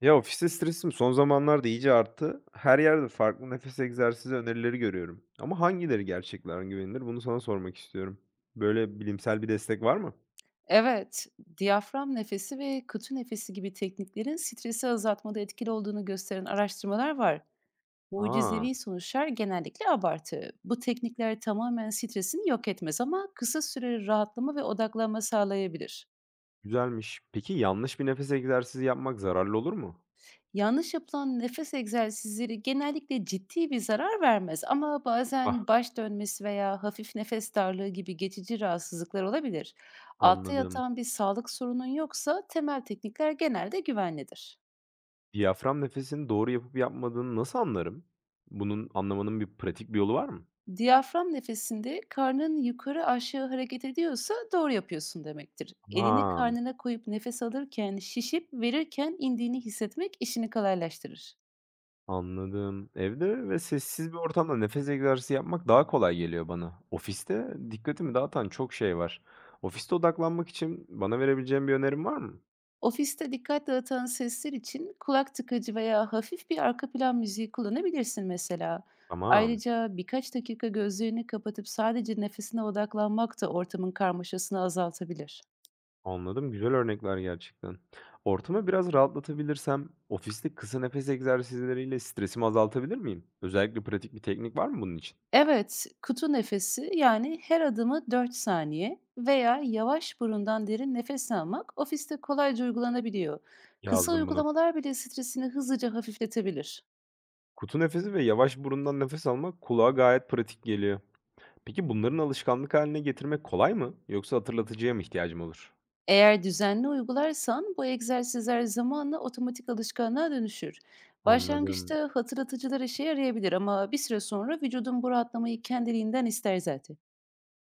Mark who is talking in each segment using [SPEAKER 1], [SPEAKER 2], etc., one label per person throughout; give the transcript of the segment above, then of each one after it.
[SPEAKER 1] Ya, ofiste stresim son zamanlarda iyice arttı. Her yerde farklı nefes egzersizi önerileri görüyorum. Ama hangileri gerçekten güvenilir? Bunu sana sormak istiyorum. Böyle bilimsel bir destek var mı?
[SPEAKER 2] Evet, diyafram nefesi ve kutu nefesi gibi tekniklerin stresi azaltmada etkili olduğunu gösteren araştırmalar var.
[SPEAKER 1] Aa,
[SPEAKER 2] Mucizevi sonuçlar genellikle abartı. Bu teknikler tamamen stresini yok etmez ama kısa süreli rahatlama ve odaklanma sağlayabilir.
[SPEAKER 1] güzelmiş. Peki yanlış bir nefes egzersizi yapmak zararlı olur mu?
[SPEAKER 2] Yanlış yapılan nefes egzersizleri genellikle ciddi bir zarar vermez ama
[SPEAKER 1] Ah,
[SPEAKER 2] bazen baş dönmesi veya hafif nefes darlığı gibi geçici rahatsızlıklar olabilir. Altta
[SPEAKER 1] anladım.
[SPEAKER 2] yatan bir sağlık sorunun yoksa temel teknikler genelde güvenlidir.
[SPEAKER 1] Diyafram nefesini doğru yapıp yapmadığını nasıl anlarım? Bunun anlamanın pratik bir yolu var mı?
[SPEAKER 2] Diyafram nefesinde karnın yukarı aşağı hareket ediyorsa doğru yapıyorsun demektir. Elini
[SPEAKER 1] Tamam.
[SPEAKER 2] karnına koyup nefes alırken şişip verirken indiğini hissetmek işini kolaylaştırır.
[SPEAKER 1] Anladım. Evde ve sessiz bir ortamda nefes egzersizi yapmak daha kolay geliyor bana. Ofiste dikkatimi dağıtan çok şey var. Ofiste odaklanmak için bana verebileceğin bir önerin var mı?
[SPEAKER 2] Ofiste dikkat dağıtan sesler için kulak tıkacı veya hafif bir arka plan müziği kullanabilirsin mesela.
[SPEAKER 1] Tamam.
[SPEAKER 2] Ayrıca birkaç dakika gözlerini kapatıp sadece nefesine odaklanmak da ortamın karmaşasını azaltabilir.
[SPEAKER 1] Anladım. Güzel örnekler gerçekten. Ortamı biraz rahatlatabilirsem ofiste kısa nefes egzersizleriyle stresimi azaltabilir miyim? Özellikle pratik bir teknik var mı bunun için?
[SPEAKER 2] Evet, kutu nefesi yani her adımı 4 saniye veya yavaş burundan derin nefes almak ofiste kolayca uygulanabiliyor. Kısa
[SPEAKER 1] Yazdım bunu.
[SPEAKER 2] uygulamalar bile stresini hızlıca hafifletebilir.
[SPEAKER 1] Kutu nefesi ve yavaş burundan nefes almak kulağa gayet pratik geliyor. Peki bunların alışkanlık haline getirmek kolay mı? Yoksa hatırlatıcıya mı ihtiyacım olur?
[SPEAKER 2] Eğer düzenli uygularsan bu egzersizler zamanla otomatik alışkanlığa dönüşür.
[SPEAKER 1] Anladım.
[SPEAKER 2] Başlangıçta hatırlatıcılar işe yarayabilir ama bir süre sonra vücudun bu rahatlamayı kendiliğinden ister zaten.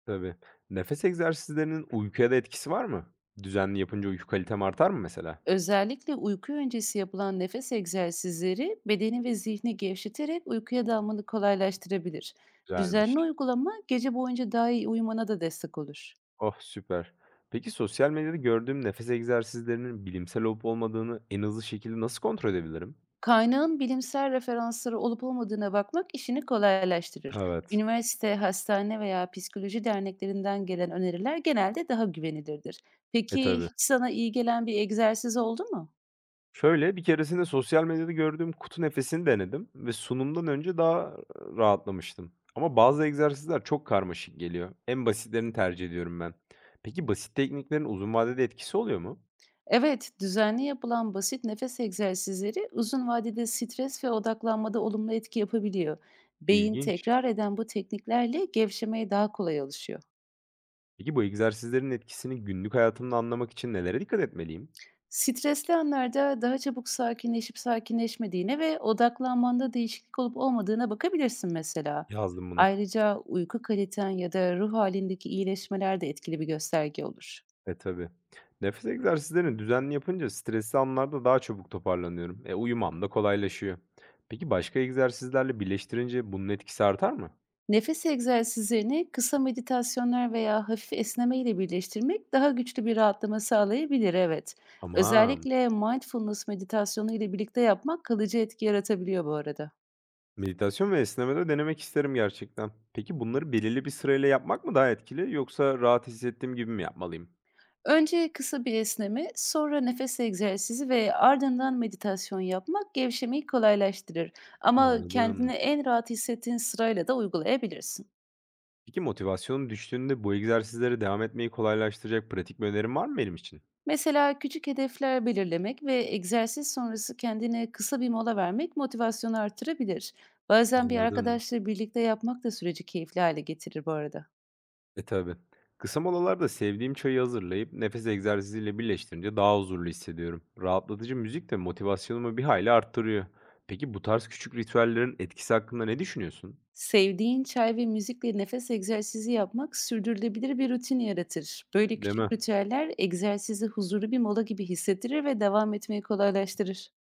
[SPEAKER 1] Tabii. Nefes egzersizlerinin uykuya da etkisi var mı? Düzenli yapınca uyku kalitem artar mı mesela?
[SPEAKER 2] Özellikle uyku öncesi yapılan nefes egzersizleri bedeni ve zihni gevşeterek uykuya dalmanı kolaylaştırabilir. Düzenli
[SPEAKER 1] Güzelmiş.
[SPEAKER 2] uygulama gece boyunca daha iyi uyumana da destek olur.
[SPEAKER 1] Oh, süper. Peki sosyal medyada gördüğüm nefes egzersizlerinin bilimsel olup olmadığını en hızlı şekilde nasıl kontrol edebilirim?
[SPEAKER 2] Kaynağın bilimsel referansları olup olmadığına bakmak işini kolaylaştırır.
[SPEAKER 1] Evet.
[SPEAKER 2] Üniversite, hastane veya psikoloji derneklerinden gelen öneriler genelde daha güvenilirdir.
[SPEAKER 1] E
[SPEAKER 2] Peki
[SPEAKER 1] tabii.
[SPEAKER 2] hiç sana iyi gelen bir egzersiz oldu mu?
[SPEAKER 1] Şöyle bir keresinde sosyal medyada gördüğüm kutu nefesini denedim ve sunumdan önce daha rahatlamıştım. Ama bazı egzersizler çok karmaşık geliyor. En basitlerini tercih ediyorum ben. Peki basit tekniklerin uzun vadede etkisi oluyor mu?
[SPEAKER 2] Evet, düzenli yapılan basit nefes egzersizleri uzun vadede stres ve odaklanmada olumlu etki yapabiliyor. Beyin
[SPEAKER 1] İlginç.
[SPEAKER 2] tekrar eden bu tekniklerle gevşemeye daha kolay alışıyor.
[SPEAKER 1] Peki bu egzersizlerin etkisini günlük hayatımda anlamak için nelere dikkat etmeliyim?
[SPEAKER 2] Stresli anlarda daha çabuk sakinleşip sakinleşmediğine ve odaklanmanda değişiklik olup olmadığına bakabilirsin mesela.
[SPEAKER 1] Yazdım bunu.
[SPEAKER 2] Ayrıca uyku kaliten ya da ruh halindeki iyileşmeler de etkili bir gösterge olur.
[SPEAKER 1] E tabii. Nefes egzersizlerini düzenli yapınca stresli anlarda daha çabuk toparlanıyorum. E uyumam da kolaylaşıyor. Peki başka egzersizlerle birleştirince bunun etkisi artar mı?
[SPEAKER 2] Nefes egzersizlerini kısa meditasyonlar veya hafif esneme ile birleştirmek daha güçlü bir rahatlama sağlayabilir, evet.
[SPEAKER 1] Tamam.
[SPEAKER 2] Özellikle mindfulness meditasyonu ile birlikte yapmak kalıcı etki yaratabiliyor bu arada.
[SPEAKER 1] Meditasyon ve esneme de denemek isterim gerçekten. Peki bunları belirli bir sırayla yapmak mı daha etkili yoksa rahat hissettiğim gibi mi yapmalıyım?
[SPEAKER 2] Önce kısa bir esneme, sonra nefes egzersizi ve ardından meditasyon yapmak gevşemeyi kolaylaştırır. Ama kendini
[SPEAKER 1] Anladım.
[SPEAKER 2] en rahat hissettiğin sırayla da uygulayabilirsin.
[SPEAKER 1] Peki motivasyonum düştüğünde bu egzersizlere devam etmeyi kolaylaştıracak pratik bir önerin var mı benim için?
[SPEAKER 2] Mesela küçük hedefler belirlemek ve egzersiz sonrası kendine kısa bir mola vermek motivasyonu artırabilir. Bazen bir
[SPEAKER 1] Anladım.
[SPEAKER 2] arkadaşla birlikte yapmak da süreci keyifli hale getirir bu arada.
[SPEAKER 1] E, tabii. Kısa molalarda sevdiğim çayı hazırlayıp nefes egzersiziyle birleştirince daha huzurlu hissediyorum. Rahatlatıcı müzik de motivasyonumu bir hayli arttırıyor. Peki bu tarz küçük ritüellerin etkisi hakkında ne düşünüyorsun?
[SPEAKER 2] Sevdiğin çay ve müzikle nefes egzersizi yapmak sürdürülebilir bir rutin yaratır. Böyle
[SPEAKER 1] Değil mi?
[SPEAKER 2] küçük ritüeller egzersizi huzurlu bir mola gibi hissettirir ve devam etmeyi kolaylaştırır.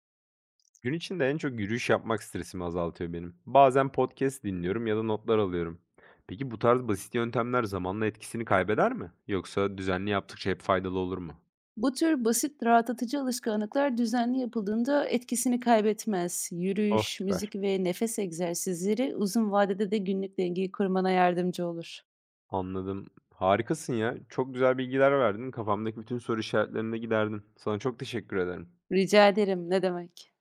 [SPEAKER 1] Gün içinde en çok yürüyüş yapmak stresimi azaltıyor benim. Bazen podcast dinliyorum ya da notlar alıyorum. Peki bu tarz basit yöntemler zamanla etkisini kaybeder mi? Yoksa düzenli yaptıkça hep faydalı olur mu?
[SPEAKER 2] Bu tür basit rahatlatıcı alışkanlıklar düzenli yapıldığında etkisini kaybetmez.
[SPEAKER 1] Oh,
[SPEAKER 2] Yürüyüş,
[SPEAKER 1] süper.
[SPEAKER 2] müzik ve nefes egzersizleri uzun vadede de günlük dengeyi kurmana yardımcı olur.
[SPEAKER 1] Anladım. Harikasın ya. Çok güzel bilgiler verdin. Kafamdaki bütün soru işaretlerini de giderdin. Sana çok teşekkür ederim.
[SPEAKER 2] Rica ederim, ne demek?